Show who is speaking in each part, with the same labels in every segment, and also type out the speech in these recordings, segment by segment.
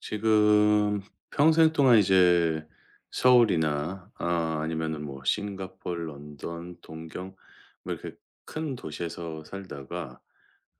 Speaker 1: 지금 평생 동안 이제 서울이나 아니면은 뭐 싱가포르, 런던, 동경 뭐 이렇게 큰 도시에서 살다가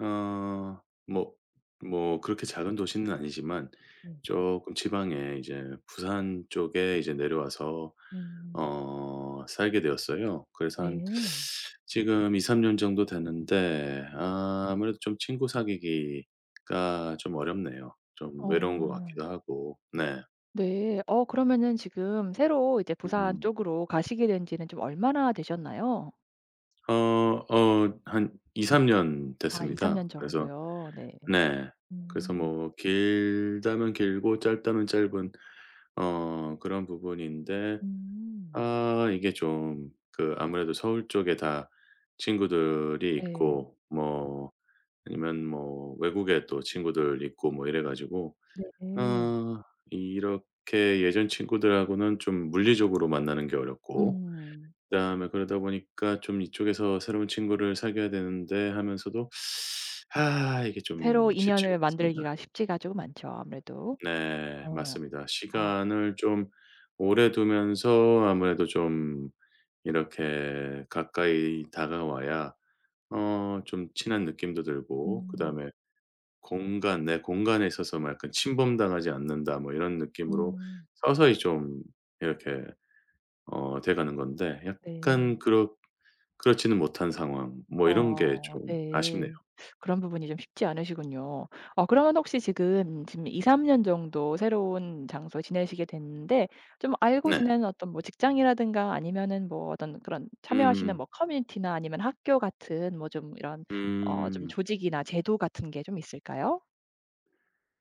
Speaker 1: 어 뭐 그렇게 작은 도시는 아니지만
Speaker 2: 네.
Speaker 1: 조금 지방에 이제 부산 쪽에 이제 내려와서
Speaker 2: 음
Speaker 1: 살게 되었어요. 그래서 한
Speaker 2: 네.
Speaker 1: 지금 2-3년 정도 됐는데 아무래도 좀 친구 사귀기가 좀 어렵네요. 좀
Speaker 2: 어
Speaker 1: 외로운 것 같기도 하고. 네.
Speaker 2: 네. 어 그러면은 지금 새로 이제 부산
Speaker 1: 음.
Speaker 2: 쪽으로 가시게 된 지는 좀 얼마나 되셨나요?
Speaker 1: 어 한 2-3년
Speaker 2: 아 2-3
Speaker 1: 됐습니다.
Speaker 2: 년
Speaker 1: 그래서
Speaker 2: 정도요. 네.
Speaker 1: 네. 그래서
Speaker 2: 음.
Speaker 1: 뭐 길다면 길고 짧다면 짧은 그런 부분인데
Speaker 2: 음.
Speaker 1: 이게 좀 그 아무래도 서울 쪽에 다 친구들이
Speaker 2: 네.
Speaker 1: 있고 뭐 아니면 뭐 외국에 또 친구들 있고 뭐 이래 가지고
Speaker 2: 네.
Speaker 1: 어 이렇게 예전 친구들하고는 좀 물리적으로 만나는 게 어렵고.
Speaker 2: 음.
Speaker 1: 그다음에 그러다 보니까 좀 이쪽에서 새로운 친구를 사귀어야 되는데 하면서도 이게
Speaker 2: 새로
Speaker 1: 좀 쉽지가
Speaker 2: 인연을
Speaker 1: 않습니다.
Speaker 2: 만들기가 쉽지가 조금 않죠, 아무래도.
Speaker 1: 네,
Speaker 2: 어.
Speaker 1: 맞습니다.
Speaker 2: 아.
Speaker 1: 시간을 좀 오래 두면서 아무래도 좀 이렇게 가까이 다가와야 어 좀 친한 느낌도 들고.
Speaker 2: 음.
Speaker 1: 그다음에 공간, 내 공간에 있어서 막 약간 '침범당하지 않는다.' 뭐 이런 느낌으로
Speaker 2: 음.
Speaker 1: 서서히 좀 이렇게 돼 가는 건데 약간
Speaker 2: 네.
Speaker 1: 그렇지는 못한 상황 뭐 이런 게
Speaker 2: 어
Speaker 1: 좀 아쉽네요.
Speaker 2: 네. 그런 부분이 좀 쉽지 않으시군요. 어 그러면 혹시 지금 2-3년 정도 새로운 장소에 지내시게 됐는데 좀 알고
Speaker 1: 네.
Speaker 2: 지내는 어떤 뭐 직장이라든가 아니면은 뭐 어떤 그런 참여하시는
Speaker 1: 음음.
Speaker 2: 뭐 커뮤니티나 아니면 학교 같은 뭐 좀 이런 어 좀
Speaker 1: 음.
Speaker 2: 조직이나 제도 같은 게 좀 있을까요?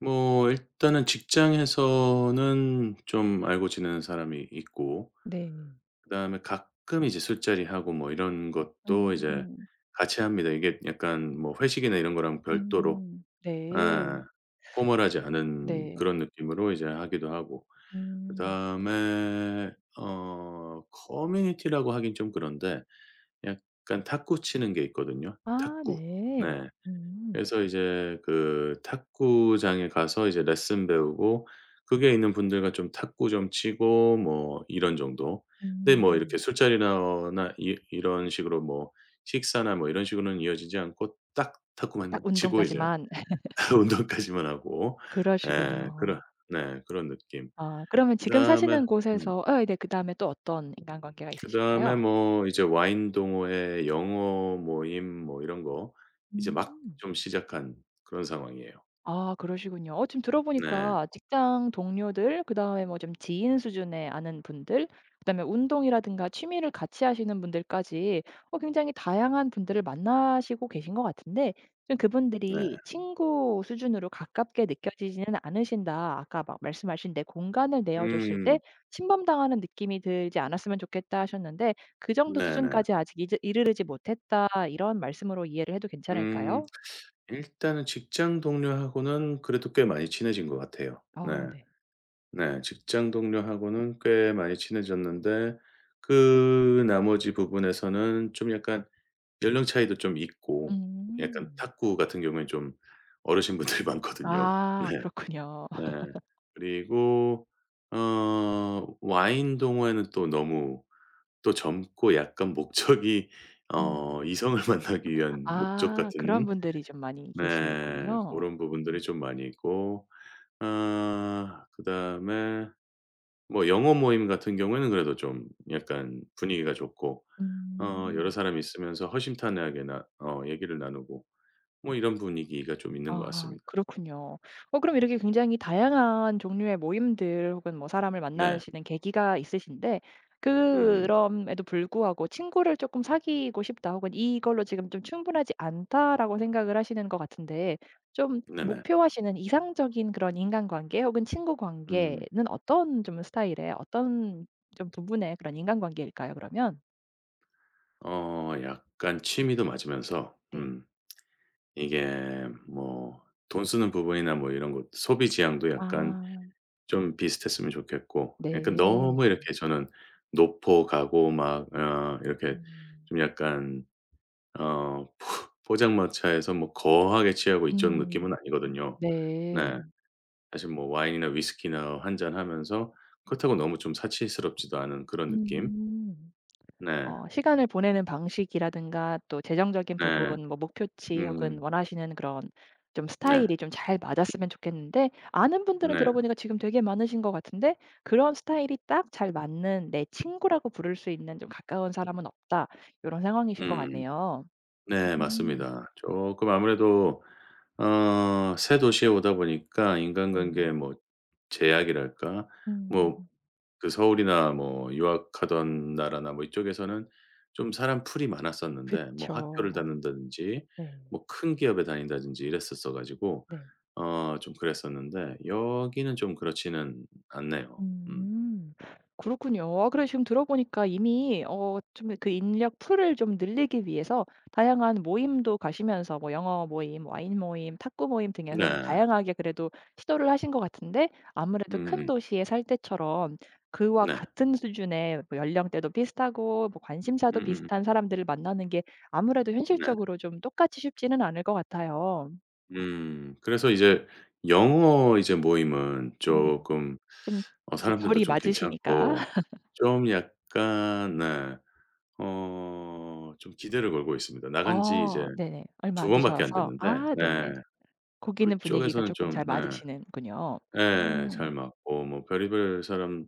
Speaker 1: 뭐 일단은 직장에서는 좀 알고 지내는 사람이 있고,
Speaker 2: 네.
Speaker 1: 그다음에 가끔 이제 술자리하고 뭐 이런 것도 이제
Speaker 2: 음.
Speaker 1: 같이 합니다. 이게 약간 뭐 회식이나 이런 거랑 별도로
Speaker 2: 음.
Speaker 1: 예,
Speaker 2: 네.
Speaker 1: 포멀하지 않은
Speaker 2: 네.
Speaker 1: 그런 느낌으로 이제 하기도 하고.
Speaker 2: 음.
Speaker 1: 그다음에 커뮤니티라고 하긴 좀 그런데 약간 탁구 치는 게 있거든요,
Speaker 2: 아
Speaker 1: 탁구.
Speaker 2: 네.
Speaker 1: 네.
Speaker 2: 음.
Speaker 1: 그래서 이제 그 탁구장에 가서 이제 레슨 배우고 그게 있는 분들과 좀 탁구 좀 치고 뭐 이런 정도. 근데 뭐 이렇게
Speaker 2: 음.
Speaker 1: 술자리나 나 이 이런 식으로 뭐 식사나 뭐 이런 식으로는 이어지지 않고 딱
Speaker 2: 딱
Speaker 1: 탁구만 치고 이제
Speaker 2: 운동까지만.
Speaker 1: 운동까지만 하고 예
Speaker 2: 그러시군요.
Speaker 1: 그런 네 그런 느낌.
Speaker 2: 아 그러면 지금
Speaker 1: 그다음에
Speaker 2: 사시는
Speaker 1: 음
Speaker 2: 곳에서 예 네 그다음에 또 어떤 인간관계가
Speaker 1: 그다음에
Speaker 2: 있으실까요?
Speaker 1: 뭐 이제 와인 동호회, 영어 모임 뭐 이런 거 이제 막
Speaker 2: 음.
Speaker 1: 좀 시작한 그런 상황이에요.
Speaker 2: 아 그러시군요. 어 지금
Speaker 1: 네.
Speaker 2: 들어보니까 직장 동료들 그다음에 뭐 좀 지인 수준의 아는 분들 그다음에 운동이라든가 취미를 같이 하시는 분들까지 어 굉장히 다양한 분들을 만나시고 계신 것 같은데 좀
Speaker 1: 네.
Speaker 2: 그분들이 '친구 수준으로 가깝게 느껴지지는 않으신다.' 아까 막 말씀하신 "내 공간을 내어 줬을 때
Speaker 1: 음.
Speaker 2: 침범당하는 느낌이 들지 않았으면 좋겠다." 하셨는데 "그 정도
Speaker 1: 네네.
Speaker 2: 수준까지 아직 이제 이르르지 못했다." 이런 말씀으로 이해를 해도
Speaker 1: 음
Speaker 2: 괜찮을까요?
Speaker 1: 일단은 직장 동료하고는 그래도 꽤 많이 친해진 것 같아요. 네.
Speaker 2: 아 네.
Speaker 1: 네. 직장 동료하고는 꽤 많이 친해졌는데 그 나머지 부분에서는 좀 약간 연령 차이도 좀 있고 약간
Speaker 2: 음.
Speaker 1: 탁구 같은 경우엔 좀 어르신분들이 많거든요. 네.
Speaker 2: 아 그렇군요.
Speaker 1: 네. 그리고 와인 동호회는 또 너무 또 젊고 약간 목적이
Speaker 2: 음.
Speaker 1: 이성을 만나기 위한 목적
Speaker 2: 아 그런
Speaker 1: 같은
Speaker 2: 분들이 좀 많이
Speaker 1: 네
Speaker 2: 계시군요.
Speaker 1: 고런 부분들이
Speaker 2: 음.
Speaker 1: 좀 많이 있고. 그다음에 뭐 영어 모임 같은 경우에는 그래도 좀 약간 분위기가 좋고 어 여러
Speaker 2: 음.
Speaker 1: 사람이 있으면서 허심탄회하게 나 얘기를 나누고 뭐 이런 분위기가 좀 있는 것
Speaker 2: 아
Speaker 1: 같습니다.
Speaker 2: 그렇군요. 어 그럼 이렇게 굉장히 다양한 종류의 모임들 혹은 뭐 사람을
Speaker 1: 네.
Speaker 2: 만나시는 계기가 있으신데
Speaker 1: 음.
Speaker 2: 그럼에도 불구하고 '친구를 조금 사귀고 싶다.' 혹은 '이걸로 지금 좀 충분하지 않다.'라고 생각을 하시는 것 같은데 좀
Speaker 1: 네네.
Speaker 2: 목표하시는 이상적인 그런 인간관계 혹은 친구
Speaker 1: 음.
Speaker 2: 관계는 어떤 좀 스타일의 어떤 좀 부분의 그런 인간관계일까요 그러면?
Speaker 1: 약간 취미도 맞으면서
Speaker 2: 네.
Speaker 1: 이게 뭐 돈 쓰는 부분이나 뭐 이런 것 소비 지향도 약간
Speaker 2: 아
Speaker 1: 좀 비슷했으면 좋겠고. 약간
Speaker 2: 네.
Speaker 1: 너무 이렇게 저는 노포 가고 막 이렇게
Speaker 2: 음.
Speaker 1: 좀 약간 포 포장마차에서 뭐 거하게 취하고 이쪽
Speaker 2: 음.
Speaker 1: 느낌은 아니거든요.
Speaker 2: 네.
Speaker 1: 네. 사실 뭐 와인이나 위스키나 한잔 하면서 그렇다고 너무 좀 사치스럽지도 않은 그런 느낌.
Speaker 2: 음.
Speaker 1: 네.
Speaker 2: 어 시간을 보내는 방식이라든가 또 재정적인
Speaker 1: 네.
Speaker 2: 부분 뭐 목표치 혹은
Speaker 1: 음.
Speaker 2: 원하시는 그런 좀
Speaker 1: 네.
Speaker 2: 스타일이 좀 잘 맞았으면 좋겠는데 아는 분들은
Speaker 1: 네.
Speaker 2: 들어보니까 지금 되게 많으신 것 같은데 그런 스타일이 딱 잘 맞는 '내 친구라고 부를 수 있는 좀 가까운 사람은 없다.' 요런 상황이신 것
Speaker 1: 음.
Speaker 2: 같네요.
Speaker 1: 네,
Speaker 2: 음.
Speaker 1: 맞습니다. 조금 아무래도 새 도시에 오다 보니까 인간관
Speaker 2: 네.
Speaker 1: 계 뭐 제약이랄까?
Speaker 2: 음.
Speaker 1: 뭐 그 서울이나 뭐 유학하던 나라나 뭐 이쪽에서는 좀 사람 풀이 많았었는데 뭐 학교를
Speaker 2: 그쵸.
Speaker 1: 다닌다든지
Speaker 2: 네.
Speaker 1: 뭐 큰 기업에 다닌다든지 이랬었어 가지고
Speaker 2: 네.
Speaker 1: 좀 그랬었는데 여기는 좀 그렇지는 않네요. 음.
Speaker 2: 음. 그렇군요. 아 그래 지금 들어보니까 이미 어 좀 그 인력 풀을 좀 늘리기 위해서 다양한 모임도 가시면서 뭐 영어 모임, 뭐 와인 모임, 탁구 모임 등에서 좀
Speaker 1: 네.
Speaker 2: 다양하게 그래도 시도를 하신 것 같은데 아무래도
Speaker 1: 음
Speaker 2: 큰
Speaker 1: 음.
Speaker 2: 도시에 살 때처럼 그와
Speaker 1: 네.
Speaker 2: 같은 수준의 뭐 연령대도 비슷하고 뭐 관심사도
Speaker 1: 음음 음.
Speaker 2: 비슷한 사람들을 만나는 게 아무래도
Speaker 1: 네.
Speaker 2: 현실적으로 좀 똑같이 쉽지는 않을 것 같아요.
Speaker 1: 음. 그래서 이제 영어 이제 모임은
Speaker 2: 네.
Speaker 1: 조금
Speaker 2: 좀 이제
Speaker 1: 사람들도
Speaker 2: 결이
Speaker 1: 좀
Speaker 2: 맞으시니까.
Speaker 1: 괜찮고 좀 약간 네. 좀 기대를 걸고 있습니다. 나간 지 이제
Speaker 2: 어 네네. 얼마
Speaker 1: 두
Speaker 2: 안
Speaker 1: 번밖에 안
Speaker 2: 드셔서
Speaker 1: 됐는데
Speaker 2: 아
Speaker 1: 네.
Speaker 2: 네네. 고기는 분위기가
Speaker 1: 그쪽에서는
Speaker 2: 쪼끔
Speaker 1: 좀
Speaker 2: 잘
Speaker 1: 네.
Speaker 2: 맞으시는군요.
Speaker 1: 예.
Speaker 2: 음.
Speaker 1: 잘 맞고 뭐 별의별 사람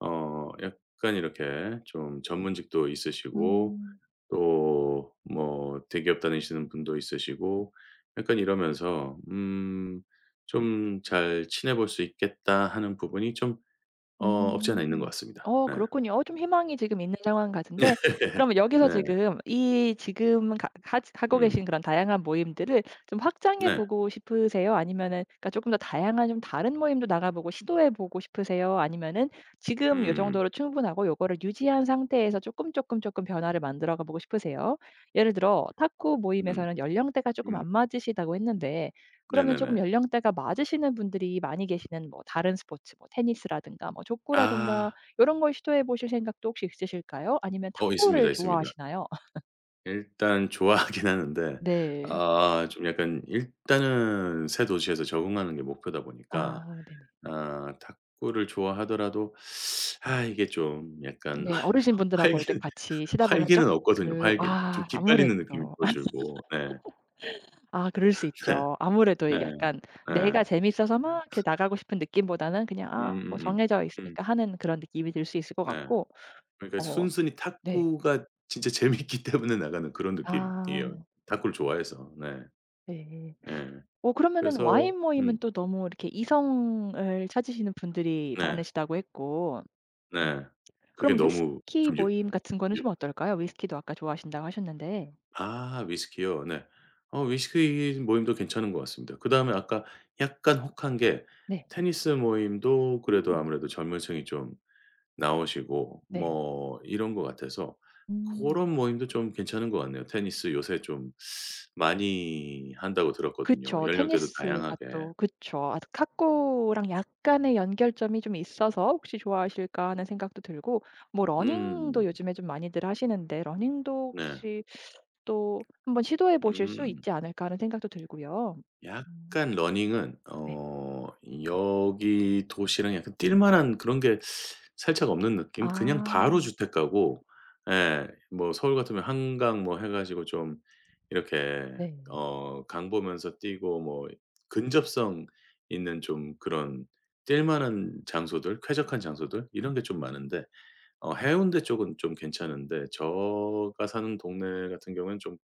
Speaker 1: 약간 이렇게 좀 전문직도 있으시고
Speaker 2: 음.
Speaker 1: 또 뭐 대기업 다니시는 분도 있으시고 약간 이러면서 좀 '잘 친해 볼 수 있겠다.' 하는 부분이 좀 없지 않아 있는 것
Speaker 2: 음.
Speaker 1: 같습니다.
Speaker 2: 어
Speaker 1: 네.
Speaker 2: 그렇군요. 어 좀 희망이 지금 있는 상황 같은데 그러면 여기서
Speaker 1: 네.
Speaker 2: 지금 이 지금 가 하 하고
Speaker 1: 음.
Speaker 2: 계신 그런 다양한 모임들을 좀 확장해
Speaker 1: 네.
Speaker 2: 보고 싶으세요? 아니면은 그러니까 쪼끔 더 다양한 좀 다른 모임도 나가 보고 시도해 보고 싶으세요? 아니면은 지금 요
Speaker 1: 음음.
Speaker 2: 정도로 충분하고 요거를 유지한 상태에서 쪼끔, 쪼끔, 쪼끔 변화를 만들어 가 보고 싶으세요? 예를 들어 탁구
Speaker 1: 음.
Speaker 2: 모임에서는 연령대가 쪼끔
Speaker 1: 음.
Speaker 2: 안 맞으시다고 했는데 그러면 조금
Speaker 1: 네네네.
Speaker 2: 연령대가 맞으시는 분들이 많이 계시는 뭐 다른 스포츠 뭐 테니스라든가 뭐 족구라든가
Speaker 1: 아.
Speaker 2: 요런 걸 시도해 보실 생각도 혹시 있으실까요? 아니면 탁구를
Speaker 1: 있습니다, 있습니다.
Speaker 2: 좋아하시나요?
Speaker 1: 일단 좋아하긴 하는데
Speaker 2: 네.
Speaker 1: 좀 약간 일단은 새 도시에서 적응하는 게 목표다 보니까
Speaker 2: 아 네네.
Speaker 1: 탁구를 좋아하더라도 이게 좀 약간
Speaker 2: 네.
Speaker 1: 활
Speaker 2: 어르신분들하고
Speaker 1: 기
Speaker 2: 이렇게
Speaker 1: 는
Speaker 2: 같이 쉬다 보면 쪽
Speaker 1: 활기는 없거든요.
Speaker 2: 그
Speaker 1: 활기 좀
Speaker 2: 아
Speaker 1: 기빨리는 느낌이
Speaker 2: 아무래도.
Speaker 1: 더 들고. 네.
Speaker 2: 아 그럴 수
Speaker 1: 네.
Speaker 2: 있죠. 아무래도
Speaker 1: 네.
Speaker 2: 이게 약간
Speaker 1: 네.
Speaker 2: 내가 재밌어서 막 이렇게 나가고 싶은 느낌보다는 그냥 아 뭐
Speaker 1: 음음음. 음 음,
Speaker 2: 정해져
Speaker 1: 음,
Speaker 2: 있으니까 하는 그런 느낌이 들 수 있을 것
Speaker 1: 네.
Speaker 2: 같고
Speaker 1: 그러니까
Speaker 2: 어
Speaker 1: 순순히
Speaker 2: 네.
Speaker 1: 탁구가 진짜 재밌기 때문에 나가는 그런 느낌이에요.
Speaker 2: 아
Speaker 1: 탁구를 좋아해서. 네.
Speaker 2: 네.
Speaker 1: 네
Speaker 2: 어 그러면은
Speaker 1: 그래서
Speaker 2: 와인 모임은 또 너무 이렇게 이성을 찾으시는 분들이
Speaker 1: 네.
Speaker 2: 많으시다고 했고
Speaker 1: 네.
Speaker 2: 음.
Speaker 1: 그게
Speaker 2: 그럼
Speaker 1: 너무
Speaker 2: 위스키
Speaker 1: 좀여
Speaker 2: 모임 같은 거는 좀 어떨까요? 위스키도 아까 좋아하신다고 하셨는데.
Speaker 1: 위스키요. 네. 위스키 모임도 괜찮은 것 같습니다. 그다음에 아까 약간 혹한 게
Speaker 2: 네.
Speaker 1: 테니스 모임도 그래도
Speaker 2: 음.
Speaker 1: 아무래도 젊은 층이 좀 나오시고
Speaker 2: 네.
Speaker 1: 뭐 이런 것 같아서 그
Speaker 2: 음.
Speaker 1: 런 모임도 좀 괜찮은 것 같네요. 테니스 요새 좀 많이 한다고 들었거든요,
Speaker 2: 그쵸.
Speaker 1: 연령대도
Speaker 2: 테니스가
Speaker 1: 다양하게.
Speaker 2: 또 그쵸. 아 탁구랑 약간의 연결점이 좀 있어서 '혹시 좋아하실까.' 하는 생각도 들고 뭐
Speaker 1: 음
Speaker 2: 러닝도 요즘에 좀 많이들 하시는데 러닝도
Speaker 1: 네.
Speaker 2: 혹시 또 한번 시도해 보실 수
Speaker 1: 음.
Speaker 2: 있지 않을까 하는 생각도 들고요. 음
Speaker 1: 약간 러닝은
Speaker 2: 네.
Speaker 1: 여기 도시랑 약간 뛸 만한 그런 게 살짝 없는 느낌? 그냥
Speaker 2: 아
Speaker 1: 바로 주택가고 예 뭐 서울 같으면 한강 뭐 해 가지고 좀 이렇게
Speaker 2: 네.
Speaker 1: 강 보면서 뛰고 뭐 근접성 있는 좀 그런 뛸 만한 장소들, 쾌적한 장소들 이런 게 좀 많은데 해운대 쪽은 좀 괜찮은데 제가 사는 동네 같은 경우에는 좀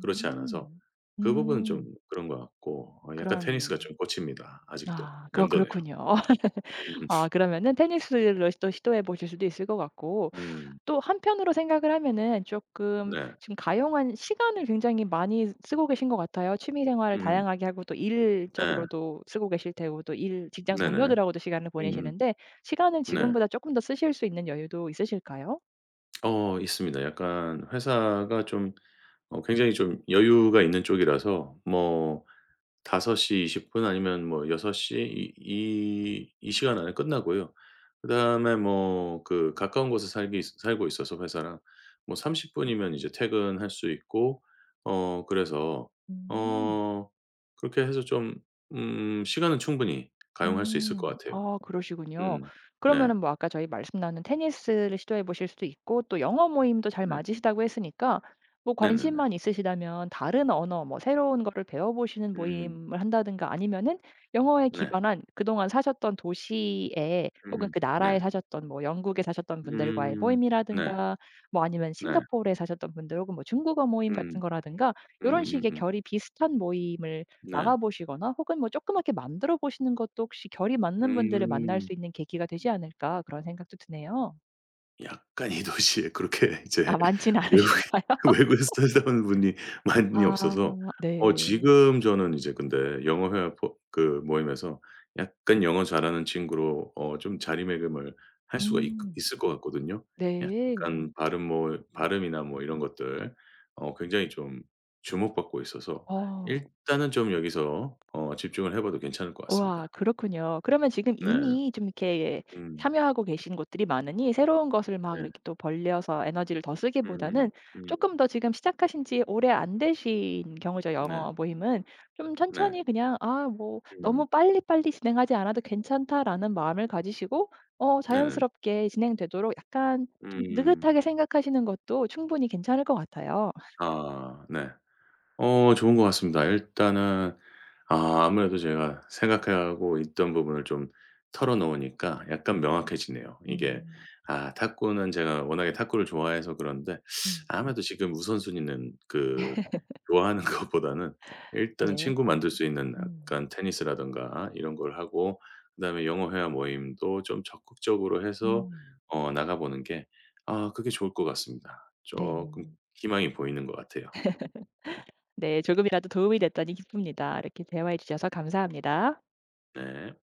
Speaker 1: 그렇지 않아서 그 부분은 좀
Speaker 2: 음.
Speaker 1: 그런 것 같고. 약간
Speaker 2: 그런
Speaker 1: 테니스가 좀 꽂힙니다 아직도.
Speaker 2: 아 그거
Speaker 1: 남도네요.
Speaker 2: 그렇군요.
Speaker 1: 음.
Speaker 2: 아 그러면은 테니스를 또 시도해 보실 수도 있을 것 같고
Speaker 1: 음.
Speaker 2: 또 한편으로 생각을 하면은 조금
Speaker 1: 네.
Speaker 2: 지금 가용한 시간을 굉장히 많이 쓰고 계신 것 같아요. 취미 생활을
Speaker 1: 음음.
Speaker 2: 다양하게 하고 또
Speaker 1: 네.
Speaker 2: 일적으로도 쓰고 계실 테고 또 일 직장
Speaker 1: 네네.
Speaker 2: 동료들하고도 시간을
Speaker 1: 음음.
Speaker 2: 보내시는데 시간을
Speaker 1: 네.
Speaker 2: 지금보다 조금 더 쓰실 수 있는 여유도 있으실까요?
Speaker 1: 있습니다. 약간 회사가 좀 굉장히 좀 여유가 있는 쪽이라서 뭐 5시이20 아니면 뭐6섯시 이 시간 안에 끝나고요. 그다음에 뭐 그 가까운 곳에 살기 살고 있어서 회사랑 뭐 30분 분이면 이제 퇴근할 수 있고 그래서
Speaker 2: 음.
Speaker 1: 어 그렇게 해서 좀 시간은 충분히 가용할 수 있을 것
Speaker 2: 음.
Speaker 1: 같아요.
Speaker 2: 아 그러시군요.
Speaker 1: 음. 네.
Speaker 2: 그러면은 뭐 아까 저희 말씀 나눈 테니스를 시도해 보실 수도 있고 또 영어 모임도 잘
Speaker 1: 네.
Speaker 2: 맞으시다고 했으니까 뭐
Speaker 1: 네네네.
Speaker 2: 관심만 있으시다면 다른 언어 뭐 새로운 거를 배워 보시는
Speaker 1: 음.
Speaker 2: 모임을 한다든가 아니면은 영어에
Speaker 1: 네.
Speaker 2: 기반한 그동안 사셨던 도시에 혹은
Speaker 1: 음음.
Speaker 2: 그 나라에
Speaker 1: 네.
Speaker 2: 사셨던 뭐 영국에 사셨던 분들과의
Speaker 1: 음. 네.
Speaker 2: 모임이라든가 뭐 아니면
Speaker 1: 네.
Speaker 2: 싱가포르에 사셨던 분들 혹은 뭐 중국어 모임 같은
Speaker 1: 음.
Speaker 2: 거라든가 이런 식의
Speaker 1: 음음음음.
Speaker 2: 결이 비슷한 모임을
Speaker 1: 네.
Speaker 2: 나가 보시거나 혹은 뭐 조그맣게 만들어 보시는 것도 혹시 결이 맞는 분들을 만날
Speaker 1: 음.
Speaker 2: 수 있는 계기가 되지 않을까 그런 생각도 드네요.
Speaker 1: 약간 이 도시에 그렇게
Speaker 2: 아
Speaker 1: 이제
Speaker 2: 많지는
Speaker 1: 외국에
Speaker 2: 않으실까요?
Speaker 1: 외국에서 살다 온 분이 많이 없어서
Speaker 2: 아 네.
Speaker 1: 지금 저는 이제 근데 영어 회화 포 그 모임에서 약간 영어 잘하는 친구로 좀 자리매김을 할 수가 있
Speaker 2: 음.
Speaker 1: 있을 것 같거든요.
Speaker 2: 네.
Speaker 1: 약간 발음 뭐 발음이나 뭐 이런 것들 굉장히 좀 주목받고 있어서
Speaker 2: 어.
Speaker 1: 일단은 좀 여기서 집중을 해 봐도 괜찮을 것
Speaker 2: 우와
Speaker 1: 같습니다.
Speaker 2: 그렇군요. 그러면 지금
Speaker 1: 네.
Speaker 2: 이미 좀 이렇게
Speaker 1: 음.
Speaker 2: 참여하고 계신 곳들이 많으니 새로운 것을 막
Speaker 1: 네.
Speaker 2: 이렇게 또 벌려서 에너지를 더 쓰기보다는
Speaker 1: 음음. 음.
Speaker 2: 조금 더 지금 시작하신 지 오래 안 되신 경우죠,
Speaker 1: 네.
Speaker 2: 영어 모임은. 좀
Speaker 1: 네.
Speaker 2: 천천히 그냥 '아 뭐 너무
Speaker 1: 음.
Speaker 2: 빨리빨리 진행하지 않아도 괜찮다.'라는 마음을 가지시고 어
Speaker 1: 네네네.
Speaker 2: 자연스럽게 진행되도록 약간 좀
Speaker 1: 음.
Speaker 2: 느긋하게 생각하시는 것도 충분히 괜찮을 것 같아요.
Speaker 1: 아 네. 좋은 것 같습니다. 일단은 아무래도 제가 생각하고 있던 부분을 좀 털어 놓으니까 약간 명확해지네요. 이게
Speaker 2: 음.
Speaker 1: 탁구는 제가 워낙에 탁구를 좋아해서 그런데
Speaker 2: 음.
Speaker 1: 아무래도 지금 우선순위는 그 좋아하는 것보다는 일단
Speaker 2: 네.
Speaker 1: 친구 만들 수 있는
Speaker 2: 음.
Speaker 1: 약간 테니스라든가 이런 걸 하고 그다음에 영어 회화 모임도 좀 적극적으로 해서
Speaker 2: 음.
Speaker 1: 나가 보는 게 그게 좋을 것 같습니다. 조금
Speaker 2: 네.
Speaker 1: 희망이 보이는 것 같아요.
Speaker 2: 네. 조금이라도 도움이 됐다니 기쁩니다. 이렇게 대화해 주셔서 감사합니다.
Speaker 1: 네.